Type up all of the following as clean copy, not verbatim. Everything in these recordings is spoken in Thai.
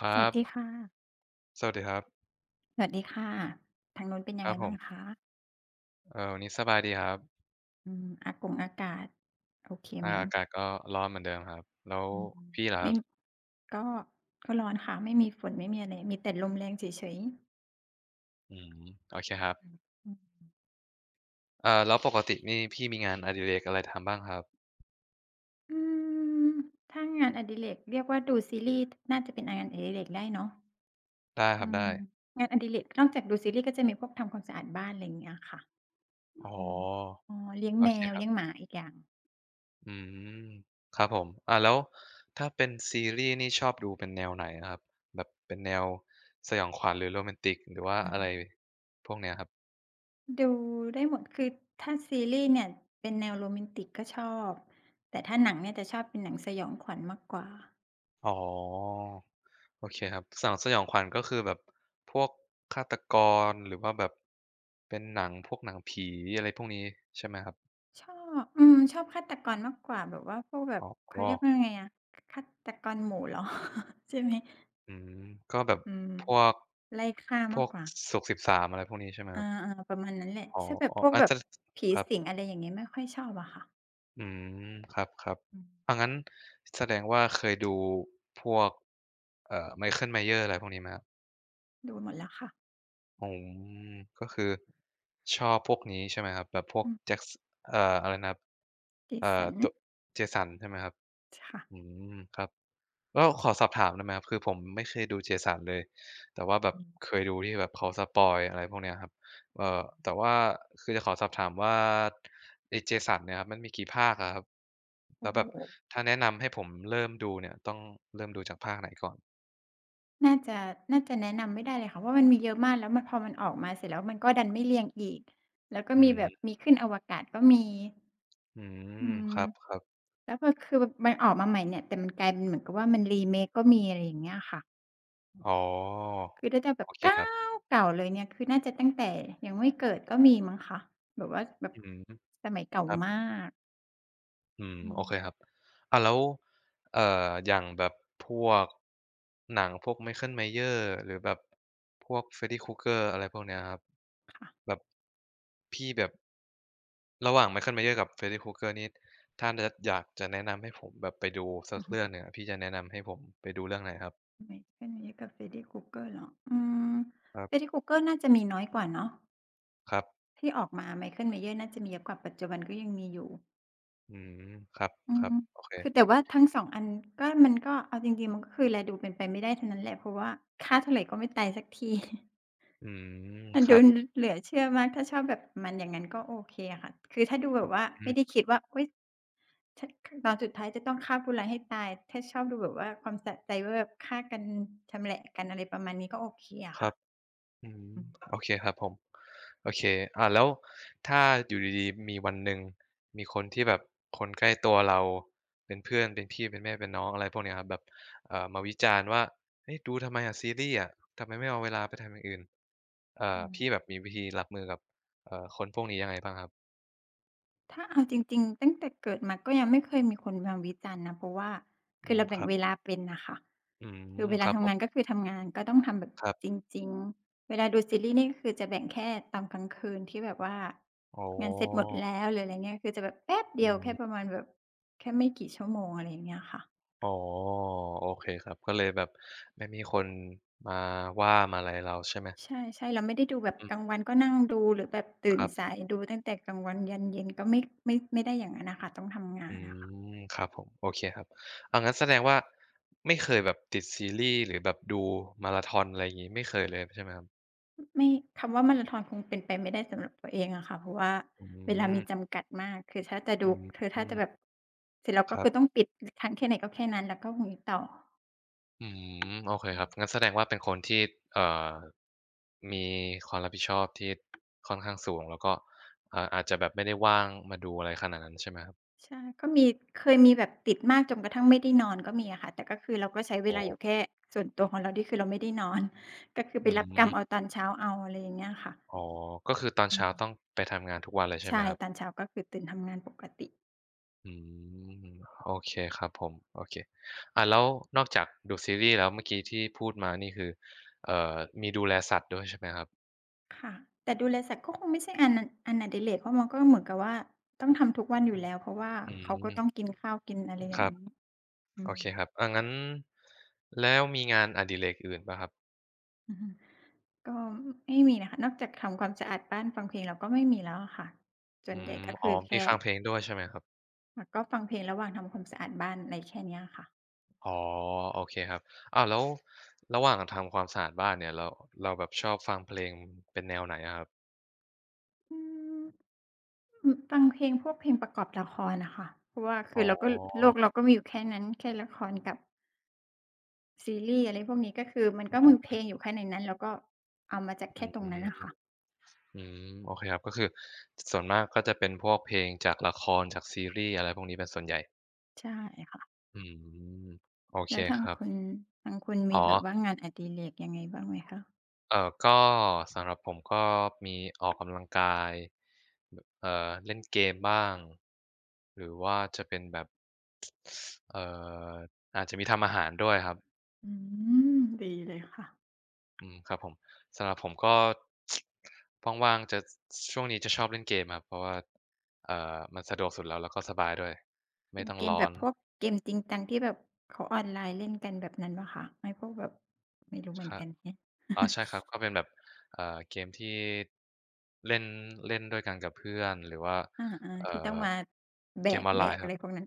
คสรัวัสบดีค่ะสวัสดีครับสวัสดีค่ะ ทางนู้นเป็นยัคงไงรับผบ้างมคะวันนี้สบายดีครับอากงอากาศโอเคไหมอากาศก็ร้อนเหมือนเดิมครับแล้วอืมพี่ล่ะคไม่รับก็ก็ร้อนค่ะ ไม่มีฝนไม่มีอะไร มีแต่ลมแรงเฉยๆอืมโอเคครับอืมอืมแล้วปกตินี่พี่มีงานอดิเรกอะไรทำบ้างครับอืมถ้างานอดิเรกเรียกว่าดูซีรีส์น่าจะเป็นงานอดิเรกได้เนาะได้คอืรับมได้งานอดิเรกนอกจากดูซีรีส์ก็จะมีพวกทำความสะอาดบ้านอะไรอย่างเงี้ยค่ะอ๋ออืมอ๋อเลี้ยงโอแมเควครับเลี้ยงหมาอีกอย่าง อืมครับผมแล้วถ้าเป็นซีรีส์นี่ชอบดูเป็นแนวไหนอะครับแบบเป็นแนวสยองขวัญหรือโรแมนติกหรือว่าอะไรพวกเนี้ยครับดูได้หมดคือถ้าซีรีส์เนี่ยเป็นแนวโรแมนติกก็ชอบแต่ถ้าหนังเนี่ยจะชอบเป็นหนังสยองขวัญมากกว่าอ๋อ โอเคครับสนังสยองขวัญก็คือแบบพวกฆาตกรหรือว่าแบบเป็นหนังพวกหนังผีอะไรพวกนี้ใช่ไหมครับชอชอบฆาตกรมากกว่าแบบว่าพวกแบบอ๋เขาอเรียกว่าไงอะฆาตกรหมู่เหรอ ใช่ไหมอืมก็แบบอืมพวกไล่ฆ่าพมาวกกกว่าศุกร์13อะไรพวกนี้ใช่ไหมคอารับอ่าประมาณนั้นแหละอ๋อถ้าแบบอ๋อพวกแบบจะผีครับสิงอะไรอย่างเงี้ยไม่ค่อยชอบอะค่ะอืมครับอืมๆงั้นแสดงว่าเคยดูพวกMichael Myers อะไรพวกนี้ไหมครับ ดูหมดแล้วค่ะอ๋อก็คือชอบพวกนี้ใช่ไหมครับแบบพวกอืม แจ็คสอะไรนะครับเอ่อตั Jason วเจสันใช่ไหมครับค่ะอืมครับแล้วขอสอบถามได้ไหมครับคือผมไม่เคยดูเจสันเลยแต่ว่าแบบเคยดูที่แบบเขาสปอยล์อะไรพวกเนี้ยครับแต่ว่าคือจะขอสอบถามว่าไอ้เจสันเนี่ยครับมันมีกี่ภาคอะครับโอ้แล้วโห แบบถ้าแนะนำให้ผมเริ่มดูเนี่ยต้องเริ่มดูจากภาคไหนก่อนน่าจะน่าจะแนะนำไม่ได้เลยค่ะเพราะมันมีเยอะมากแล้วมันพอมันออกมาเสร็จแล้วมันก็ดันไม่เรียงอีกแล้วก็อืมีแบบมมีขึ้นอวกาศก็มีอือืมคมรับแล้วพอคือแบบมันออกมาใหม่เนี่ยแต่มันกลายเป็นเหมือนกับว่ามัน remake ก็มีอะไรอย่างเงี้ยค่ะๆอ๋อคือถ้าจะแบบโอเคเก้าครับ วเก่าเลยเนี่ยคือน่าจะตั้งแต่ยังไม่เกิดก็มีมั้งคะแบบว่าแบบอืมสมัยเก่าครับมากอืมอืโอมเคครับแล้วเอ่ออย่างแบบพวกหนังพวก Michael Myers หรือแบบพวก Freddy Krueger อะไรพวกเนี้ยครับค่ะแบบพี่แบบระหว่าง Michael Myers กับ Freddy Krueger นี่ถ้าจะอยากจะแนะนำให้ผมแบบไปดูสัอืกอเรื่อฮึงหนึ่งอะพี่จะแนะนำให้ผมไปดูเรื่องไหนครับไม่แค่นี้กับ Freddy Krueger เหรออืม ครั Freddy บ Krueger น่าจะมีน้อยกว่าเนาะ ครับที่ออกมา Michael Myers น่าจะมีเยอะกว่าปัจจุบันก็ยังมีอยู่อืมครัอืมบๆโอเคคือแต่ว่าทั้ง2องอันก็มันก็เอาจริงๆมันก็คือแลดูเป็นไปไม่ได้ทั้งนั้นแหละเพราะว่าฆ่าเท่าไรก็ไม่ตายสักที อืมมันคดูรับเหลือเชื่อมากถ้าชอบแบบมันอย่างงั้นก็โอเคอะค่ะคือถ้าดูแบบว่าไม่อืมได้คิดว่าอุ๊ยฉตอนสุดท้ายจะต้องฆ่าผู้ร้ายให้ตายถ้าชอบดูแบบว่าความสะใจว่าแบบฆ่ากันชำแหละกันอะไรประมาณนี้ก็โอเคอะคค่ะรับ อืมอืมโอเคครับผมโอเคแล้วถ้าอยู่ดีๆมีวันหนึ่งมีคนที่แบบคนใกล้ตัวเราเป็นเพื่อนเป็นพี่เป็นแม่เป็นน้องอะไรพวกเนี้ยครับแบบมาวิจารณ์ว่าเฮ้ยดูทำไมอะซีรีส์อะทำไมไม่เอาเวลาไปทำอย่างอื่นอืม พี่แบบมีวิธีรับมือกับคนพวกนี้ยังไงบ้างครับถ้าเอาจริงๆตั้งแต่เกิดมาก็ยังไม่เคยมีคนมาวิจารณ์นะเพราะว่าคือือมเราคแบ่งรับเวลาเป็นน่ะค่ะอืคือมเวคลารับผทำงานมก็คือทำงานก็ต้องทำแบบครับจริงๆเวลาดูซีรีส์นี่ก็คือจะแบ่งแค่ตอนกลางคืนที่แบบว่าอ๋องานเสร็จหมดแล้วหรืออะไรเงี้ยคือจะแบบแป๊บเดีอืยวแค่มประมาณแบบแค่ไม่กี่ชั่วโมงอะไรอย่างเงี้ยค่ะอ๋อโอเคครับก็เลยแบบไม่มีคนมาว่ามาอะไรเราใช่ไหมใช่ๆเราไม่ได้ดูแบบอืกลางมวันก็นั่งดูหรือแบบตื่คนรับ สายดูตั้งแต่กลางวันยันเย็นก็ไม่ไม่ได้อย่างงั้นน่ะค่ะต้องทำงาอืนน่ะค่ะ มครับผมโอเคครับเอางั้นแสดงว่าไม่เคยแบบติดซีรีส์หรือแบบดูมาราธอนอะไรอย่างงี้ไม่เคยเลยใช่ไหมครับไม่คำว่ามาราธอนคงเป็นไปไม่ได้สำหรับตัวเองอะค่ะเพราะว่าอืเวลามีมจำกัดมากคือถ้าจะดูอืคือถ้าจะแบบมเสร็จแล้วก็ครัคือต้องบปิดค้างแค่ไหนก็แค่นั้นแล้วก็หุยต่ออืมโอเคครับงั้นแสดงว่าเป็นคนที่เอ่อมีความรับผิดชอบที่ค่อนข้างสูงแล้วก็อาจจะแบบไม่ได้ว่างมาดูอะไรขนาดนั้นใช่ไหมครับใช่ก็มีเคยมีแบบติดมากจนกระทั่งไม่ได้นอนก็มีอะค่ะแต่ก็คือเราก็ใช้เวอ๋อลาอยู่แค่ส่วนตัวของเราที่คือเราไม่ได้นอนก็คือไปอืรับกรมรมเอาตอนเช้าเอาอะไรอย่างเงี้ยค่ะอ๋อก็คือตอนเช้าต้องไปทำงานทุกวันเลยใช่ไหมใช่ครับ ตอนเช้าก็คือตื่นทำงานปกติ อืมโอเคครับผมโอเคแล้วนอกจากดูซีรีส์แล้วเมื่อกี้ที่พูดมานี่คือเอ่อมีดูแลสัตว์ด้วยใช่ไหมครับค่ะแต่ดูแลสัตว์ก็คงไม่ใช่งานนั้นอันอดิเรกเพราะมันก็เหมือนกับว่าต้องทำทุกวันอยู่แล้วเพราะว่าอืเขาก็ต้องมกินข้าวกินอะไรอคย่างรับนี้อืโอมเคครับงั้นแล้วมีงานอดิเรกอื่นเปล่าครับอือฮึก็ไม่มีนะคะนอกจากทำความสะอาดบ้านฟังเพลงเราก็ไม่มีแล้วอะค่ะส่อืวนใหญ่มก็อ๋อคือมีแค่ฟังเพลงด้วยใช่ไหมครับอ่าก็ฟังเพลงระหว่างทำความสะอาดบ้านอะไรแค่เนี้ยค่ะอ๋อโอเคครับอ้าวแล้วระหว่างทำความสะอาดบ้านเนี่ยเราเราแบบชอบฟังเพลงเป็นแนวไหนอะครับอืมฟังเพลงพวกเพลงประกอบละครน่ะค่ะเพราะว่าอ๋คืออเราก็โลกเราก็มีอยู่แค่นั้นแค่ละครกับซีรีส์อะไรพวกนี้ก็คือมันอืก็มีเพลมงอยู่แค่ในนั้นเราก็เอามาจากอแค่ตรงืนั้นน่ะค่ะ ม อืมโอเคครับก็คือส่วนมากก็จะเป็นพวกเพลงจากละครจากซีรีส์อะไรพวกนี้เป็นส่วนใหญ่ใช่ค่ะอืมโอเคแล้วทาคงรับคุณทางคุณอ๋มีแบบว่าองานอดิเรกยังไงบ้างไหมคะก็สำหรับผมก็มีออกกำลังกายแบบเล่นเกมบ้างหรือว่าจะเป็นแบบเอ่ออาจจะมีทำอาหารด้วยครับอืมดีเลยค่ะอืมครับผมสำหรับผมก็ ว่างๆจะช่วงนี้จะชอบเล่นเกมครับเพราะว่ามันสะดวกสุดแล้วแล้วก็สบายด้วยเป็ไม่นต้องเกมร้แบอบน พวกเกมจริงจังที่แบบเขาออนไลน์เล่นกันแบบนั้นเปล่าคะไอ้พวกแบบไม่รู้เหมืคอนรับกันแฮะ อ๋อ ใช่ครับ ก็เป็นแบบเอ่อเกมที่เล่นเล่นด้วยกันกับเพื่อนหรือว่าอาเอ่ๆที่ต้องอมาแบเกมกออนแบไลกน์คอะรัไรบพวกนั้น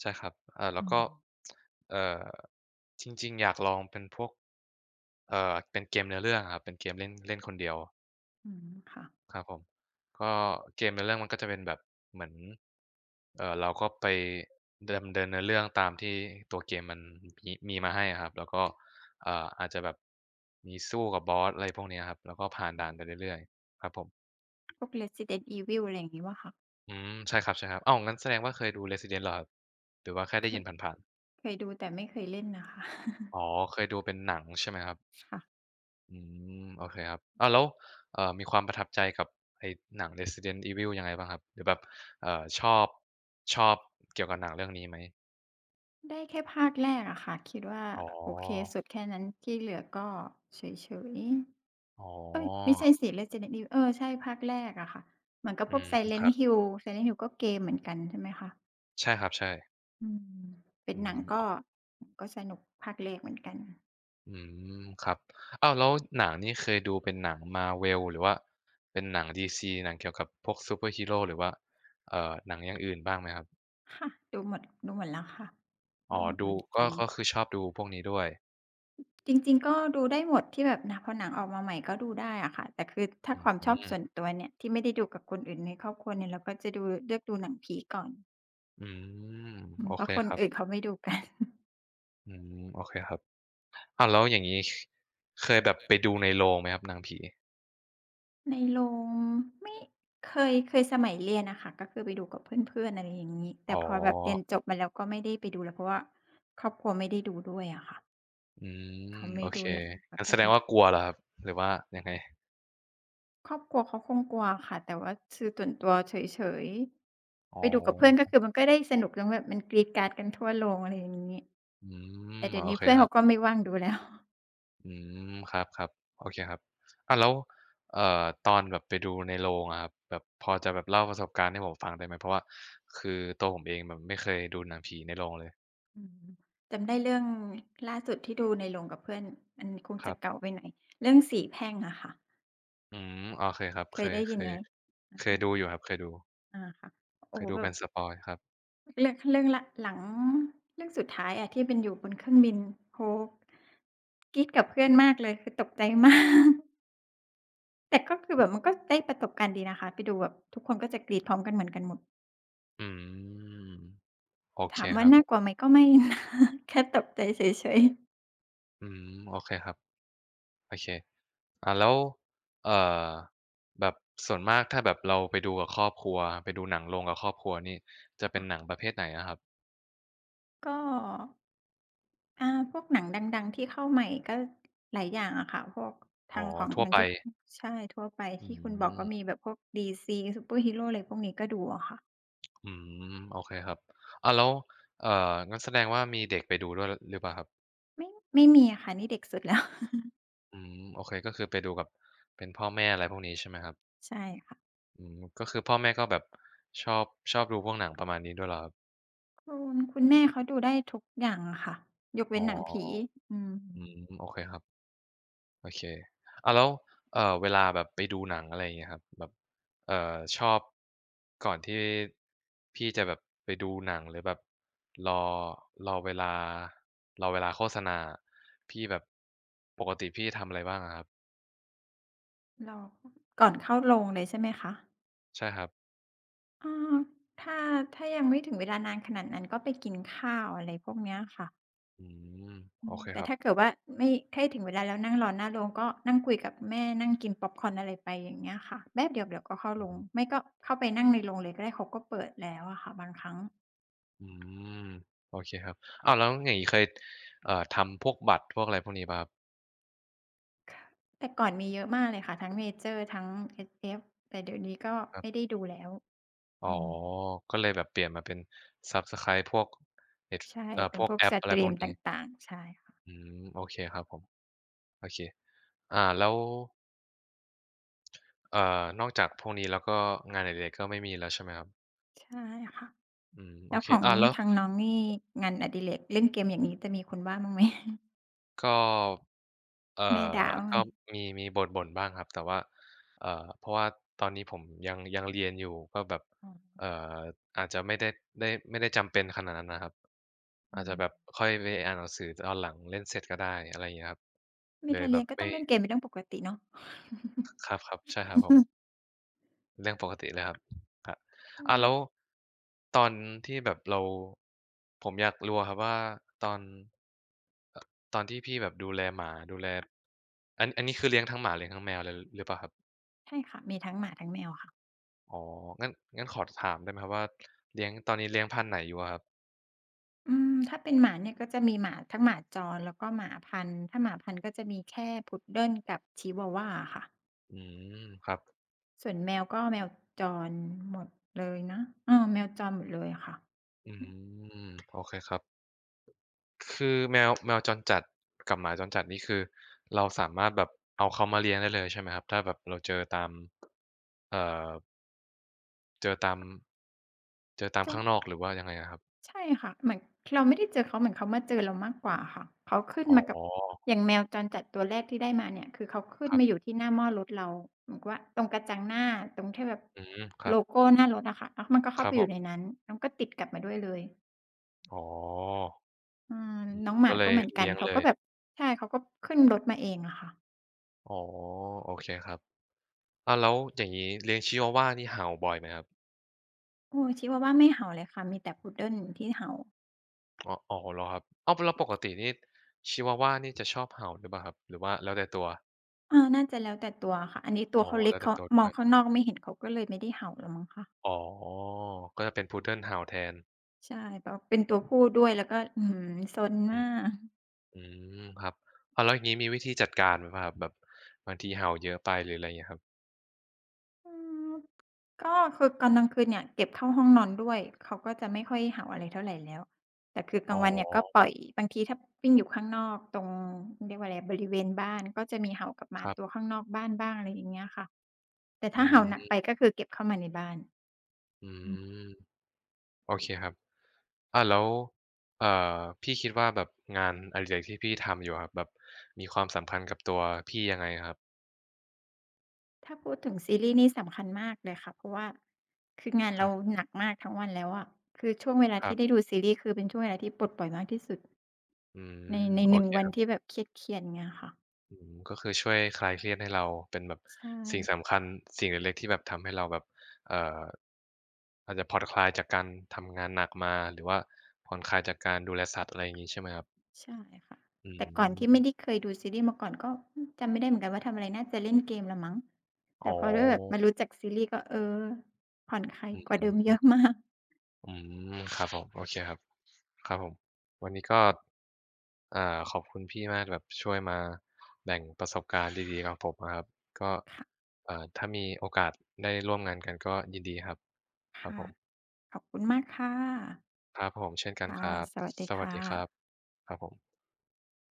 ใช่ครับแล้อืวมก็เอ่อจริงๆอยากลองเป็นพวกเป็นเกมเนื้อเรื่องอะครับเป็นเกมเล่นเล่นคนเดียว อืมค่ะครับผมก็เกมในเรื่องมันก็จะเป็นแบบเหมือนเราก็ไปดำเนินเนื้อเรื่องตามที่ตัวเกมมันมีมาให้อะครับแล้วก็อาจจะแบบมีสู้กับบอสอะไรพวกเนี้ยครับแล้วก็ผ่านอืด่านไปมเรื่อยๆครับผมพวก Resident Evil อะไรอย่างงี้เปล่าคะอืมใช่ครับๆอ้าวงั้นแสดงว่าเคยดู Resident เหรอครับหรือว่าแค่เคได้ยิยนผ่านเคยดูแต่ไม่เคยเล่นน่ะค่ะ ๆอ๋อเคยดูเป็นหนังใช่ไหมครับ ค่ะ อืมโอเคครับอ้าวแล้วมีความประทับใจกับไอ้หนัง Resident Evil ยังไงบ้างครับหรือแบบชอบชอบเกี่ยวกับหนังเรื่องนี้ไหมได้แค่ภาคแรกอะค่ะคิดว่าอ๋โอเคอสุดแค่นั้นที่เหลือก็เฉยๆอ๋อเอ้ยไม่ใช่สิ Resident Evil เออใช่ภาคแรกอะค่ะเหมือนกับอืพวก มค Silent รับ Hill Silent Hill ก็เกมเหมือนกันใช่ไหมคะใช่ครับใช่อืมเป็นอืหนัมงอก็อกสนุกภาคแรกเหมือนกันอืมครับอ้าวแล้วหนังนี่เคยดูเป็นหนัง Marvel หรือว่าเป็นหนัง DC หนังเกี่ยวกับพวกซูเปอร์ฮีโรหรือว่าหนังอย่างอื่นบ้างไหมครับค่ะดูหมดแล้วค่ะอ๋ดูอหมดเหดูมือนกัก็นคือชอบดูพวกนี้ด้วยจริงๆก็ดูได้หมดที่แบบหนงพอหนังออกมาใหม่ก็ดูได้อะค่ะแต่คือถ้าอืความชอบส่วนมตัวเนี่ยที่ไม่ได้ดูกับคนอื่นในครอบครัวเนี่ยเราก็จะดูเลือกดูหนังผีก่อน อืมอืมโอเพเคราะคนครับอื่นเขาไม่ดูกัน อืมโอเคครับ อ้าวแล้วอย่างงี้เคยแบบไปดูในโรงไหมครับหนังผีในโรงไม่เคยสมัยเรียนน่ะค่ะก็คือไปดูกับเพื่อนๆอะไรอย่างงี้แต่อ๋พอแบบเรียนอจบมาแล้วก็ไม่ได้ไปดูแล้วเพราะว่าครอบครัวไม่ได้ดูด้วยอะค่ะอืเขามไม่โอเคดูหนังประงั้เภนแสทดงนี้ว่ากลัวเหรอครับหรือว่ายังไงครอบครัวเขาคงกลัวค่ะแต่ว่าคือส่วนตัวเฉยๆอ๋ไปดูกับเพื่อนก็อคือมันก็ได้สนุกแล้วแบบมันกรี๊ดกราดกันทั่วโรงอะไรอย่างงี้อืแต่มเดี๋ยวโอนี้เคเพื่อนครัเขาบก็ไม่ว่างดูแล้ว อืมครับๆโอเคครับอ้าวแล้วเอ่อตอนแบบไปดูในโรงอะครับแบบพอจะแบบเล่าประสบการณ์ให้ผมฟังได้ไหมเพราะว่าคือตัวผมเองแบบไม่เคยดูหนังผีในโรงเลย อืมจำได้เรื่องล่าสุดที่ดูในโรงกับเพื่อนมันคงคจะรับเก่าไปหน่อยเรื่องสีแพร่งอะค่ะ อืมโอเคครับเคเคยยได้ยินไหมอเคยาดูอยู่ครับอาค่ะโอ้เคโฮยดูแบเป็บนสปอยล์ครับเรื่องละหลังเรื่องสุดท้ายอะที่เป็นอยู่บนเครื่องบินโอ้กรี๊ดกับเพื่อนมากเลยคือตกใจมาก แต่ก็คือแบบมันก็ได้ประสบการณ์ดีนะคะไปดูแบบทุกคนก็จะกรี๊ดพร้อมกันเหมือนกันหมดอืมโอเคถามคว่ารับ น่ากลัวไหมก็ไม่ นะแค่ตกใจเฉยอืมโอเคครับโอเคอ่าแล้วเอ่อแบบส่วนมากถ้าแบบเราไปดูกับครอบครัวไปดูหนังโรงกับครอบครัวนี่จะๆเป็นค่ะหนังประเภทไหนอะครับก็ อาพวกหนังดังๆที่เข้าใหม่ก็หลายอย่างอะค่ะพวกอ๋ทาองของทั่อวย่างไปที่คุณใช่ทั่วไปอืที่คุณบอกก็มีมแบบพวก DC ซูเปอร์ฮีโรอะไรพวกนี้ก็ดูเหรอะค่ะอืมโอเคครับอ้าวแล้วเอ่องั้นแสดงว่ามีเด็กไปดูด้วยลหรือเปล่าครับไม่ไม่มีอะค่ะนี่เด็กสุดแล้ว อืมโอเคก็คือไปดูกับเป็นพ่อแม่อะไรพวกนี้ใช่ไหมครับใช่ค่ะอืมก็คือพ่อแม่ก็แบบชอบดูพวกหนังประมาณนี้ด้วยเหรอครับคุณแม่เขาดูได้ทุกอย่างอะค่ะยกอ๋เว้นหนังผีออืมอืมโอเคครับ โอเคอ่าแล้วเวลาแบบไปดูหนังอะไรอย่างเงี้ยครับแบบชอบก่อนที่พี่จะแบบไปดูหนังหรือแบบรอรอเวลารอเวลาโฆษณาอะพี่แบบปกติพี่ทำอะไรบ้างอะครับเราก่อนเข้าโรงเลยใช่ไหมคะใช่ครับอาถ้าถ้ายังไม่ถึงเวลานานขนาดนั้นก็ไปกินข้าวอะไรพวกเนี้ยค่ะ อืมอืโอมเคแต่ครับถ้าเกิดว่าไม่ถ้าถึงเวลาแล้วนั่งรอหน้าโรงก็นั่งคุยกับแม่นั่งกินพ็อปคอร์นอะไรไปอย่างเงี้ยค่ะแป๊บเดียวเดี๋ยวก็เข้าอืโรองฮึไม่ก็เข้าไปนั่งในโรงเลยก็ได้เขาก็เปิดแล้วอะค่ะบางครั้งอืมโอเคครับอ้าวแล้วอย่างงี้เคยทำพวกบัตรพวกอะไรพวกนี้เปล่าครับแต่ก่อนมีเยอะมากเลยค่ะทั้งเมเจอร์ทั้ง SF แต่เดี๋ยวนี้ก็ครัไม่ได้บดูแล้วอ๋ออืมก็เลยแบบเปลี่ยนมาเป็นซับสไครบ์พวก Netf ใช่เป็พนวพกวกแอสปอะตไรรีพวมกตนี้ ่างๆใช่ค่ะอืมโอเคครับผมโอเคอ่าแล้วนอกจากพวกนี้แล้วก็งานอดิเรกก็ไม่มีแล้วใช่ไหมครับใช่ค่ะอืมโอแล้วเคของอ่าแล้วทางน้องนี่งานอดิเรกเล่นเกมอย่างงี้จะมีคนว่าบ้างไหมก็เอ่แม่ด่าอบ้างไหมก็มีบ่นๆบ้างครับแต่ว่าเอ่อเพราะว่าตอนนี้ผมยังเรียนอยู่ก็แบบอ๋อเอ่ออาจจะไม่ได้ได้ไม่ได้จำเป็นขนาดนั้นนะครับอาจอืจะมแบบค่อยไปอ่านหนังสือตอนหลังเล่นเสร็จก็ได้อะไรอย่างเงี้ยครับเวเลยลาแบเรียนบก็ต้ไม่องเล่นเกมเป็นเรื่องปกติเนาะ ครับๆใช่ครับผม เรื่องปกติเลยครับครับอือ่ามแล้วตอนที่แบบเราผมอยากรู้อะครับว่าตอนเออตอนที่พี่แบบดูแลหมาดูแลอันนี้คือเลี้ยงทั้งหมาเลี้ยงทั้งแมวเลยหรือเปล่าครับใช่ค่ะมีทั้งหมาทั้งแมวค่ะอ๋องั้นขอถามได้ไหมครับว่าเลี้ยงตอนนี้เลี้ยงพันธุ์ไหนอยู่อะครับอืมถ้าเป็นหมาเนี่ยก็จะมีหมาทั้งหมาจรแล้วก็หมาพันธุ์ถ้าหมาพันธุ์ก็จะมีแค่พุดเดิลกับชิวาวาอะค่ะอืมครับส่วนแมวก็แมวจรหมดเลยนะเออแมวจรหมดเลยอะค่ะอืมโอเคครับคือแมวจรจัดกับหมาจรจัดนี่คือเราสามารถแบบเอาเขามาเลี้ยงได้เลยใช่ไหมครับถ้าแบบเราเจอตามเอ่อ เจอตามเจ้า ข้างนอกหรือว่ายังไงอะครับใช่ค่ะเหมือนเราไม่ได้เจอเขาเหมือนเขามาเจอเรามากกว่าค่ะเขาขึ้นอ๋มากับออย่างแมวจรจัดตัวแรกที่ได้มาเนี่ยคือเขาขึ้นครัมาอยู่บที่หน้าหม้อรถเราเหมือนกับว่าตรงกระจังหน้าตรงที่แบบอืมครัโลบโก้หน้ารถอะค่ะแล้วมันก็คเข้ารัไปบอผยู่มในนั้นแล้วก็ติดกลับมาด้วยเลยอ๋ออืมอืมน้องหมาก็เลก็ยเหมือนกันเลี้ยงเขาเลก็ยแบบใช่เขาก็ขึ้นรถมาเองอะค่ะอ๋อโอเคครับอ้าวแล้วอย่างงี้เลี้ยงชิวาว่านี่เห่าบ่อยไหมครับโอ้ชิวาวาไม่เห่าเลยค่ะมีแต่ Poodle ที่เห่าอ๋ออ๋อเหรอครับอ้าวแล้วปกตินี่ชิวาว่านี่จะชอบเห่าด้วยเปล่าครับหรือว่าแล้วแต่ตัวอาน่าจะแล้วแต่ตัวอะค่ะอันนี้ตัวอ๋อเขาเล็กแล้วแต่เขาตัวมด้อวงยข้างนอกไม่เห็นเขาก็เลยไม่ได้เห่าแล้วมั้งคะ อ๋อก็จะเป็น Poodle เห่าแทนใช่แบบเป็นตัวผู้ด้วยแล้วก็อื้อฮือซนอืมามกอืมครับอ้าวแล้วอย่างงี้มีวิธีจัดการไหมเปล่าครับแบบบางทีเห่าเยอะไปหรืออะไรเงี้ยครับอืมก็คือตอนกลางคืนเนี่ยเก็บเข้าห้องนอนด้วยเขาก็จะไม่ค่อยเห่าอะไรเท่าไรแล้วแต่คือกลาอ๋งอวันเนี่ยก็ปล่อยบางทีถ้าวิ่งอยู่ข้างนอกตรงเรียกว่าอะไรบริเวณบ้านก็จะมีเห่ากลับมาครัตัวบ ข้างนอกบ้านบ้างอะไรอย่างเงี้ยค่ะแต่อืถ้าเห่าหนักไปมก็คือเก็บเข้ามาในบ้านอือืมมโอเคครับอ่าแล้วเอ่อพี่คิดว่าแบบงานอดิเรกที่พี่ทำอยู่อะครับแบบมีความสำคัญกับตัวพี่ยังไงครับถ้าพูดถึงซีรีส์นี่สำคัญมากเลยค่ะเพราะว่าคืองานคเรารับหนักมากทั้งวันแล้วอะคือช่วงเวลาครัที่บได้ดูซีรีส์คือเป็นช่วงเวลาที่ปลดปล่อยมากที่สุด อืมในโอหนึ่งเควันครัที่บแบบเครียดๆเงี้ยค่ะอืมก็คือช่วยคลายเครียดให้เราเป็นแบบใช่สิ่งสำคัญสิ่งเล็กๆที่แบบทำให้เราแบบเอ่ออาจจะผ่อนคลายจากการทำงานหนักมาหรือว่าผ่อนคลายจากการดูแลสัตว์อะไรอย่างงี้ใช่ไหมครับใช่ค่ะอืแต่ก่อนที่ไม่ได้มเคยดูซีรีส์มาก่อนก็อืมจำไม่ได้เหมือนกันว่าทำอะไรน่าจะเล่นเกมแหละมั้งอ๋แต่อพอได้แบบมารู้จักซีรีส์ก็เออผ่อนคลายอืกว่าเดิมเยม อะมากอืมครับผมโอเคครับครับผมวันนี้ก็อ่าขอบคุณพี่มากแบบช่วยมาแบ่งประสบการณ์ดีๆกับผมอะครับก็ค่ะถ้ามีโอกาสได้ร่วมงานกันก็ยินดีครับครับค่ะผมขอบคุณมากค่ะครับผมเช่นกันค่ะครับสวัสดีสวัสค่ดีครับะครับผม